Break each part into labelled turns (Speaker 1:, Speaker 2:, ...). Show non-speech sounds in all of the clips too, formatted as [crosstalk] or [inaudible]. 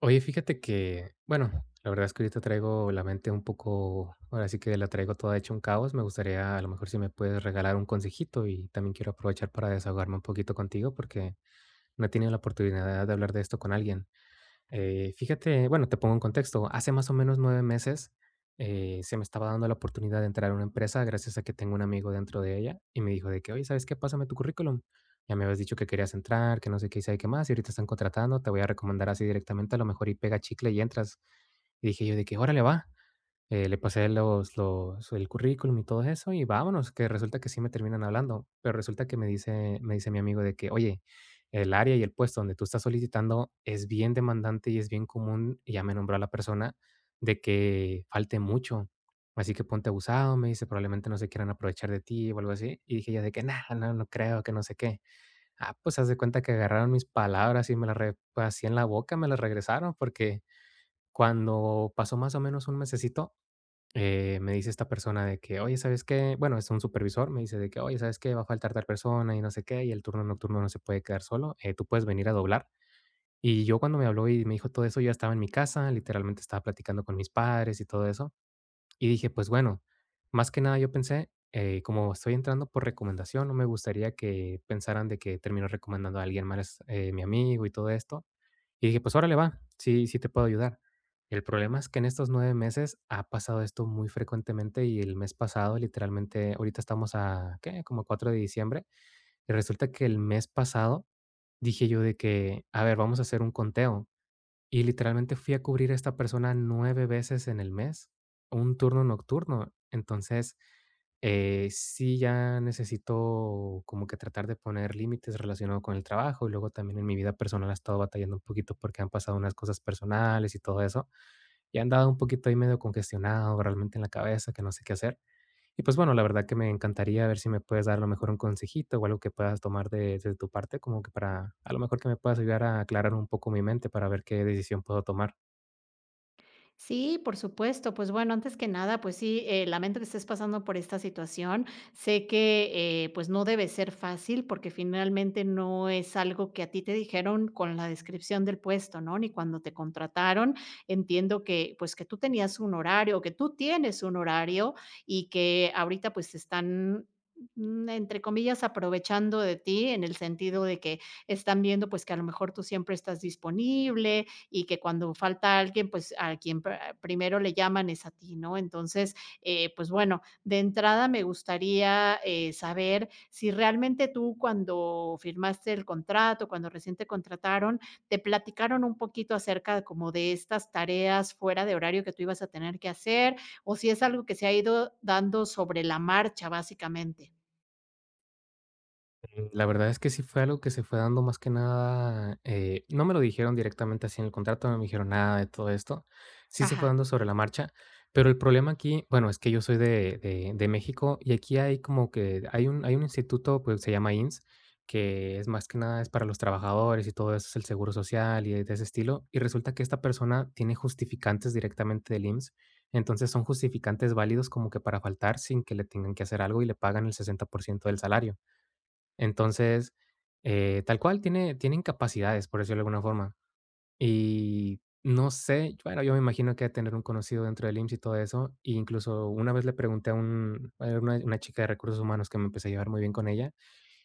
Speaker 1: Oye, fíjate que, bueno, la verdad es que ahorita traigo la mente un poco, ahora sí que la traigo toda hecha un caos. Me gustaría, a lo mejor, si me puedes regalar un consejito y también quiero aprovechar para desahogarme un poquito contigo porque no he tenido la oportunidad de hablar de esto con alguien. Fíjate, bueno, te pongo en contexto. Hace más o menos nueve meses se me estaba dando la oportunidad de entrar a una empresa gracias a que tengo un amigo dentro de ella y me dijo de que, oye, ¿sabes qué? Pásame tu currículum. Ya me habías dicho que querías entrar, que no sé qué hice y sabe qué más, y ahorita están contratando, te voy a recomendar así directamente, a lo mejor y pega chicle y entras. Y dije yo de que, órale, va. Le pasé los el currículum y todo eso, y vámonos, que resulta que sí me terminan hablando. Pero resulta que me dice mi amigo de que: "Oye, el área y el puesto donde tú estás solicitando es bien demandante y es bien común", y ya me nombró a la persona, de que falte mucho. Así que ponte abusado, me dice, probablemente no se quieran aprovechar de ti o algo así. Y dije ya de que: "No, no, no creo, que no sé qué". Ah, pues haz de cuenta que agarraron mis palabras y me las re pues, así en la boca me las regresaron, porque cuando pasó más o menos un mesecito, me dice esta persona de que, oye, ¿sabes qué? Bueno, es un supervisor, me dice de que, oye, ¿sabes qué? Va a faltar tal persona y no sé qué, y el turno nocturno no se puede quedar solo, tú puedes venir a doblar. Y yo cuando me habló y me dijo todo eso, yo estaba en mi casa, literalmente estaba platicando con mis padres y todo eso. Y dije, pues bueno, más que nada yo pensé, como estoy entrando por recomendación, no me gustaría que pensaran de que termino recomendando a alguien más, mi amigo y todo esto. Y dije, pues órale, va, sí, sí te puedo ayudar. El problema es que en estos 9 meses ha pasado esto muy frecuentemente y el mes pasado, literalmente, ahorita estamos a, ¿qué? Como 4 de diciembre, y resulta que el mes pasado dije yo de que, a ver, vamos a hacer un conteo. Y literalmente fui a cubrir a esta persona 9 veces en el mes, un turno nocturno. Entonces, sí ya necesito como que tratar de poner límites relacionado con el trabajo y luego también en mi vida personal he estado batallando un poquito porque han pasado unas cosas personales y todo eso. Y he andado un poquito ahí medio congestionado realmente en la cabeza que no sé qué hacer. Y pues bueno, la verdad que me encantaría ver si me puedes dar a lo mejor un consejito o algo que puedas tomar de tu parte, como que para a lo mejor que me puedas ayudar a aclarar un poco mi mente para ver qué decisión puedo tomar.
Speaker 2: Sí, por supuesto. Pues bueno, antes que nada, pues sí, lamento que estés pasando por esta situación. Sé que pues no debe ser fácil porque finalmente no es algo que a ti te dijeron con la descripción del puesto, ¿no? Ni cuando te contrataron. Entiendo que pues que tú tenías un horario, que tú tienes un horario y que ahorita pues te están entre comillas, aprovechando de ti en el sentido de que están viendo pues que a lo mejor tú siempre estás disponible, y que cuando falta alguien, pues a quien primero le llaman es a ti, ¿no? Entonces, pues bueno, de entrada me gustaría saber si realmente tú cuando firmaste el contrato, cuando recién te contrataron, te platicaron un poquito acerca como de estas tareas fuera de horario que tú ibas a tener que hacer o si es algo que se ha ido dando sobre la marcha, básicamente.
Speaker 1: Mm, la verdad es que sí fue algo que se fue dando más que nada, no me lo dijeron directamente así en el contrato, no me dijeron nada de todo esto. Sí se fue
Speaker 2: Ajá.
Speaker 1: dando sobre la marcha, pero el problema aquí, bueno, es que yo soy de México y aquí hay como que hay un instituto, pues, se llama IMSS, que es más que nada es para los trabajadores y todo eso, es el seguro social y de ese estilo, y resulta que esta persona tiene justificantes directamente del IMSS. Entonces, son justificantes válidos como que para faltar sin que le tengan que hacer algo y le pagan el 60% del salario. Entonces, tal cual, tienen capacidades, por decirlo de alguna forma. Y no sé, bueno, yo me imagino que tener un conocido dentro del IMSS y todo eso. E incluso una vez le pregunté a un a una chica de recursos humanos que me empecé a llevar muy bien con ella,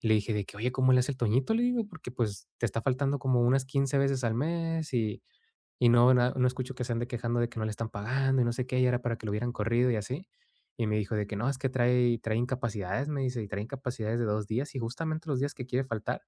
Speaker 1: y le dije de que: "Oye, ¿cómo le hace el Toñito?", le digo, "porque, pues, te está faltando como unas 15 veces al mes y no, na no escucho que se ande quejando de que no le están pagando y no sé qué, y era para que lo hubieran corrido y así. Y me dijo de que: "No, es que trae incapacidades", me dice: "Y trae incapacidades de 2 días", y justamente los días que quiere faltar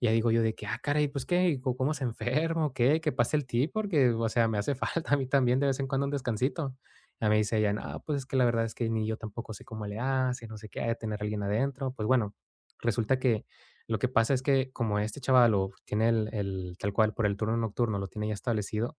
Speaker 1: y ya digo yo de que, ah, caray, pues qué, ¿cómo se enferma o qué? Que pase el tip, porque, o sea, me hace [laughs] falta a mí también de vez en cuando un descansito. Ya me dice ella, no, pues es que la verdad es que ni yo tampoco sé cómo le hace, no sé qué, ha de tener alguien adentro. Pues bueno, resulta que lo que pasa es que como este chaval lo tiene tal cual por el turno nocturno, lo tiene ya establecido,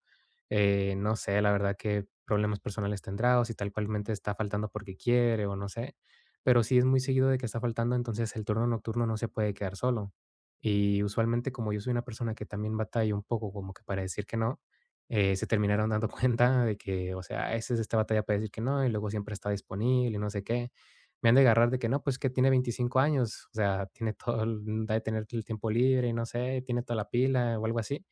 Speaker 1: no sé, la verdad que problemas personales tendrá o si tal cualmente está faltando porque quiere o no sé, pero sí es muy seguido de que está faltando, entonces el turno nocturno no se puede quedar solo. Y usualmente, como yo soy una persona que también batalla un poco como que para decir que no, se terminaron dando [laughs] cuenta de que, o sea, esa es esta batalla para decir que no, y luego siempre está disponible y no sé qué. Me han de agarrar de que no, pues que tiene 25 años, o sea, tiene todo, ha de tener el tiempo libre y no sé, tiene toda la pila o algo así,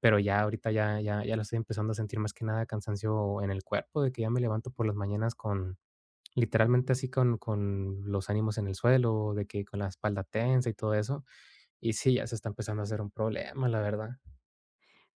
Speaker 1: pero ya ahorita ya lo estoy empezando a sentir más que nada cansancio en el cuerpo, de que ya me levanto por las mañanas con, literalmente así con los ánimos en el suelo, de que con la espalda tensa y todo eso y sí, ya se está empezando a hacer un problema, la verdad.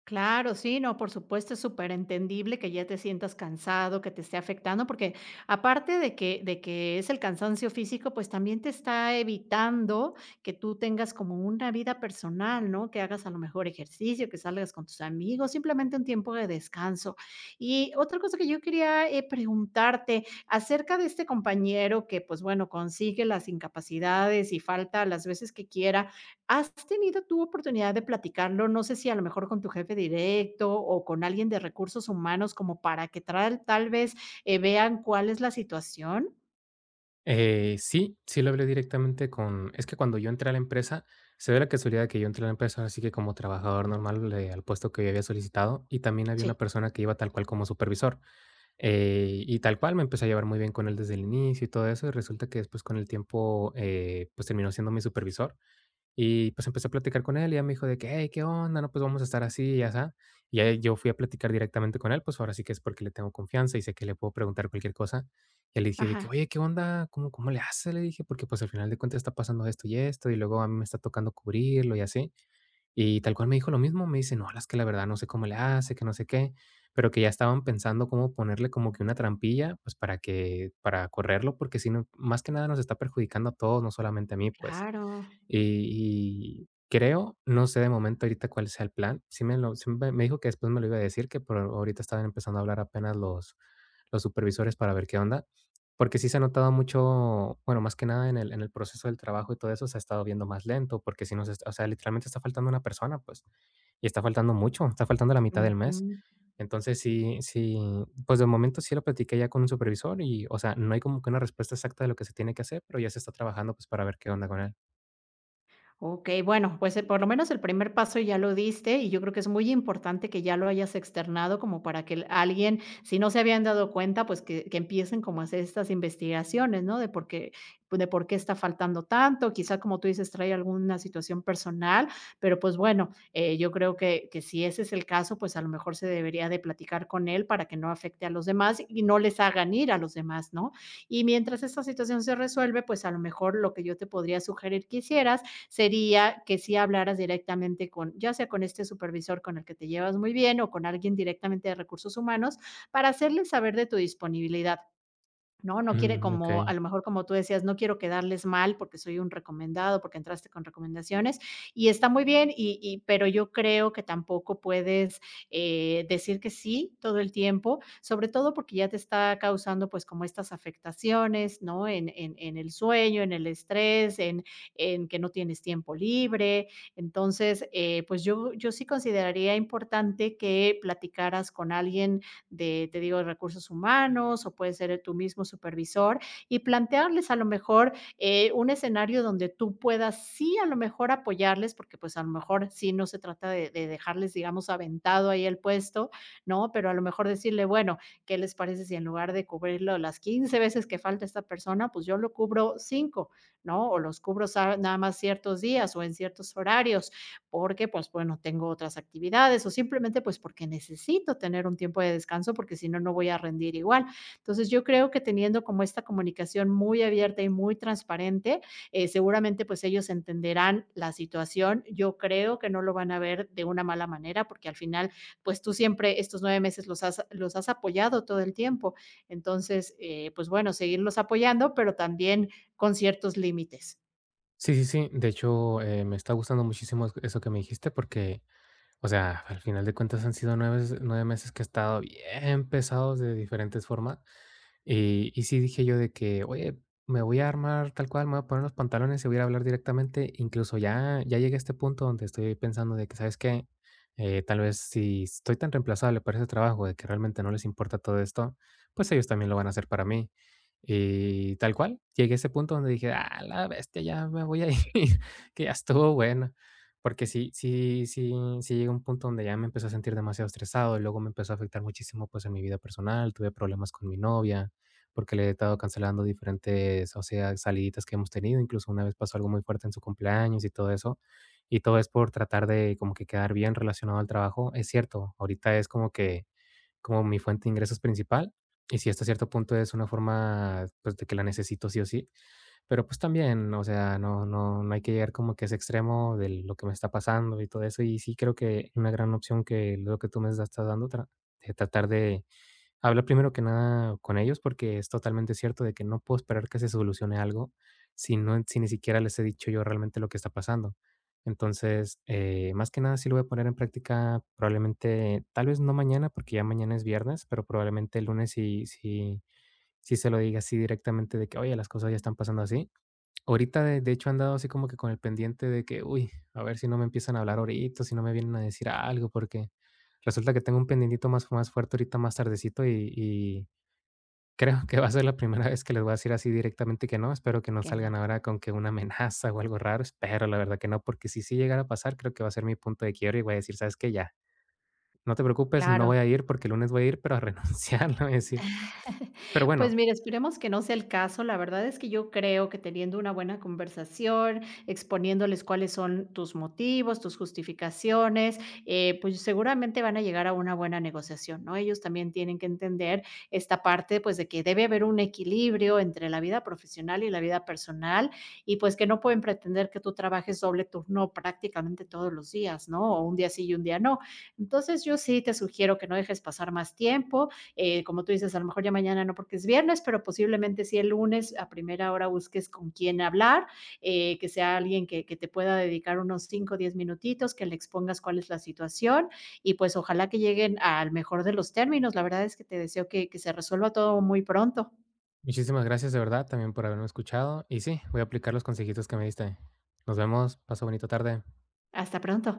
Speaker 2: Claro, sí, no, por supuesto, es superentendible que ya te sientas cansado, que te esté afectando, porque aparte de que es el cansancio físico, pues también te está evitando que tú tengas como una vida personal, ¿no? Que hagas a lo mejor ejercicio, que salgas con tus amigos, simplemente un tiempo de descanso. Y otra cosa que yo quería, preguntarte acerca de este compañero que, pues, bueno, consigue las incapacidades y falta las veces que quiera. ¿Has tenido tu oportunidad de platicarlo? No sé si a lo mejor con tu jefe directo o con alguien de recursos humanos como para que tal vez, vean cuál es la situación.
Speaker 1: Sí, sí lo hablé directamente con es que cuando yo entré a la empresa, se ve la casualidad que yo entré a la empresa, así que como trabajador normal, al puesto que yo había solicitado, y también había una
Speaker 2: Sí.
Speaker 1: persona que iba tal cual como supervisor. Y tal cual me empecé a llevar muy bien con él desde el inicio y todo eso, y resulta que después con el tiempo, pues terminó siendo mi supervisor. Y pues empecé a platicar con él y ya me dijo de que: "Hey, ¿qué onda? No, pues vamos a estar así y asá". Y ya yo fui a platicar directamente con él, pues ahora sí que es porque le tengo confianza y sé que le puedo preguntar cualquier cosa. Y le dije de que:
Speaker 2: Ajá,
Speaker 1: "Oye, ¿qué onda? ¿Cómo le hace le dije, porque pues al final de cuentas está pasando esto y esto, y luego a mí me está tocando cubrirlo y así. Y tal cual me dijo lo mismo, me dice: "No, la es que la verdad no sé cómo le hace, que no sé qué", pero que ya estaban pensando cómo ponerle como que una trampilla, pues, para correrlo, porque si no, más que nada nos está perjudicando a todos, no solamente a mí, pues.
Speaker 2: claro.
Speaker 1: Y creo, no sé de momento ahorita cuál sea el plan. Sí me lo sí me dijo que después me lo iba a decir, que por ahorita estaban empezando a hablar apenas los supervisores para ver qué onda. Porque sí se ha notado mucho, bueno, más que nada en el proceso del trabajo y todo eso, se ha estado viendo más lento, porque si nos es o sea, literalmente está faltando una persona, pues, y está faltando mucho, está faltando la mitad del mes. Entonces, pues, de momento sí lo platiqué ya con un supervisor y, o sea, no hay como que una respuesta exacta de lo que se tiene que hacer, pero ya se está trabajando, pues, para ver qué onda con él.
Speaker 2: Ok, bueno, pues, por lo menos el primer paso ya lo diste, y yo creo que es muy importante que ya lo hayas externado como para que el alguien, si no se habían dado cuenta, pues, que empiecen como a hacer estas investigaciones, ¿no? De por qué, pues, de por qué está faltando tanto, quizá, como tú dices, trae alguna situación personal, pero, pues, bueno, yo creo que si ese es el caso, pues, a lo mejor se debería de platicar con él para que no afecte a los demás y no les hagan ir a los demás, ¿no? Y mientras esta situación se resuelve, pues, a lo mejor lo que yo te podría sugerir que hicieras sería que si hablaras directamente con, ya sea con este supervisor con el que te llevas muy bien o con alguien directamente de recursos humanos, para hacerles saber de tu disponibilidad. No, no quiere
Speaker 1: Mm, okey.
Speaker 2: como, a lo mejor, como tú decías, no quiero quedarles mal porque soy un recomendado, porque entraste con recomendaciones, y está muy bien, y pero yo creo que tampoco puedes, decir que sí todo el tiempo, sobre todo porque ya te está causando, pues, como estas afectaciones, ¿no? En el sueño, en el estrés, en que no tienes tiempo libre. Entonces, pues, yo sí consideraría importante que platicaras con alguien de, te digo, recursos humanos o puede ser tu mismo supervisor y plantearles a lo mejor un escenario donde tú puedas sí a lo mejor apoyarles, porque pues a lo mejor sí no se trata de dejarles, digamos, aventado ahí el puesto, ¿no? Pero a lo mejor decirle, bueno, ¿qué les parece si en lugar de cubrirlo las 15 veces que falta esta persona, pues yo lo cubro 5? ¿No? O los cubro nada más ciertos días o en ciertos horarios porque, pues, bueno, tengo otras actividades o simplemente, pues, porque necesito tener un tiempo de descanso, porque si no, no voy a rendir igual. Entonces, yo creo que teniendo como esta comunicación muy abierta y muy transparente, seguramente, pues, ellos entenderán la situación. Yo creo que no lo van a ver de una mala manera, porque al final, pues, tú siempre estos 9 meses los has apoyado todo el tiempo. Entonces, pues, bueno, seguirlos apoyando, pero también con ciertos límites,
Speaker 1: Sí, sí, sí. De hecho, me está gustando muchísimo eso que me dijiste porque, o sea, al final de cuentas han sido nueve meses que he estado bien pesados de diferentes formas. Y sí dije yo de que: "Oye, me voy a armar tal cual, me voy a poner los pantalones y voy a ir a hablar directamente". Incluso ya llegué a este punto donde estoy pensando de que, ¿sabes qué? Tal vez si estoy tan reemplazable para ese trabajo de que realmente no les importa todo esto, pues ellos también lo van a hacer para mí. Y tal cual, llegué a ese punto donde dije: ah la bestia, ya me voy a ir, [laughs] que ya estuvo bueno". Porque sí llegué un punto donde ya me empecé a sentir demasiado estresado, y luego me empezó a afectar muchísimo, pues, en mi vida personal, tuve problemas con mi novia porque le he estado cancelando diferentes, o sea, saliditas que hemos tenido. Incluso una vez pasó algo muy fuerte en su cumpleaños y todo eso. Y todo es por tratar de como que quedar bien relacionado al trabajo. Es cierto, ahorita es como que como mi fuente de ingresos principal. Y si hasta cierto punto es una forma pues, de que la necesito sí o sí, pero pues también, o sea, no, no, no hay que llegar como que a ese extremo de lo que me está pasando y todo eso. Y sí creo que una gran opción que lo que tú me estás dando, de tratar de, hablar primero que nada con ellos, porque es totalmente cierto de que no puedo esperar que se solucione algo si no si ni siquiera les he dicho yo realmente lo que está pasando. Entonces, más que nada sí lo voy a poner en práctica probablemente, tal vez no mañana, porque ya mañana es viernes, pero probablemente el lunes sí se lo diga así directamente de que, oye, las cosas ya están pasando así. Ahorita, de hecho, han dado así como que con el pendiente de que, uy, a ver si no me empiezan a hablar ahorita, si no me vienen a decir algo, porque resulta que tengo un pendientito más fuerte ahorita más tardecito y creo que va a ser la primera vez que les voy a decir así directamente que no. Espero que no
Speaker 2: que
Speaker 1: salgan
Speaker 2: no
Speaker 1: ahora con que una amenaza o algo raro, espero la verdad que no, porque si sí llegara a pasar, creo que va a ser mi punto de quiebre y voy a decir: "¿Sabes qué? Ya, no te preocupes, no
Speaker 2: claro.
Speaker 1: voy a ir porque el lunes voy a ir, pero a [laughs] renunciar", le voy a decir.
Speaker 2: [laughs]
Speaker 1: Pero
Speaker 2: Pues
Speaker 1: bueno,
Speaker 2: mira, esperemos que no sea el caso. La verdad es que yo creo que teniendo una buena conversación, exponiéndoles cuáles son tus motivos, tus justificaciones, pues seguramente van a llegar a una buena negociación, ¿no? Ellos también tienen que entender esta parte, pues, de que debe haber un equilibrio entre la vida profesional y la vida personal y pues que no pueden pretender que tú trabajes doble turno prácticamente todos los días, ¿no? O un día sí y un día no. Entonces yo sí te sugiero que no dejes pasar más tiempo, como tú dices, a lo mejor ya mañana no porque es viernes, pero posiblemente sí el lunes a primera hora busques con quién hablar, que sea alguien que te pueda dedicar unos 5 o 10 minutitos, que le expongas cuál es la situación y pues ojalá que lleguen al mejor de los términos. La verdad es que te deseo que se resuelva todo muy pronto.
Speaker 1: muchísimas gracias de verdad también por haberme escuchado y sí, voy a aplicar los consejitos que me diste. Nos vemos, pasa bonita tarde.
Speaker 2: Hasta pronto.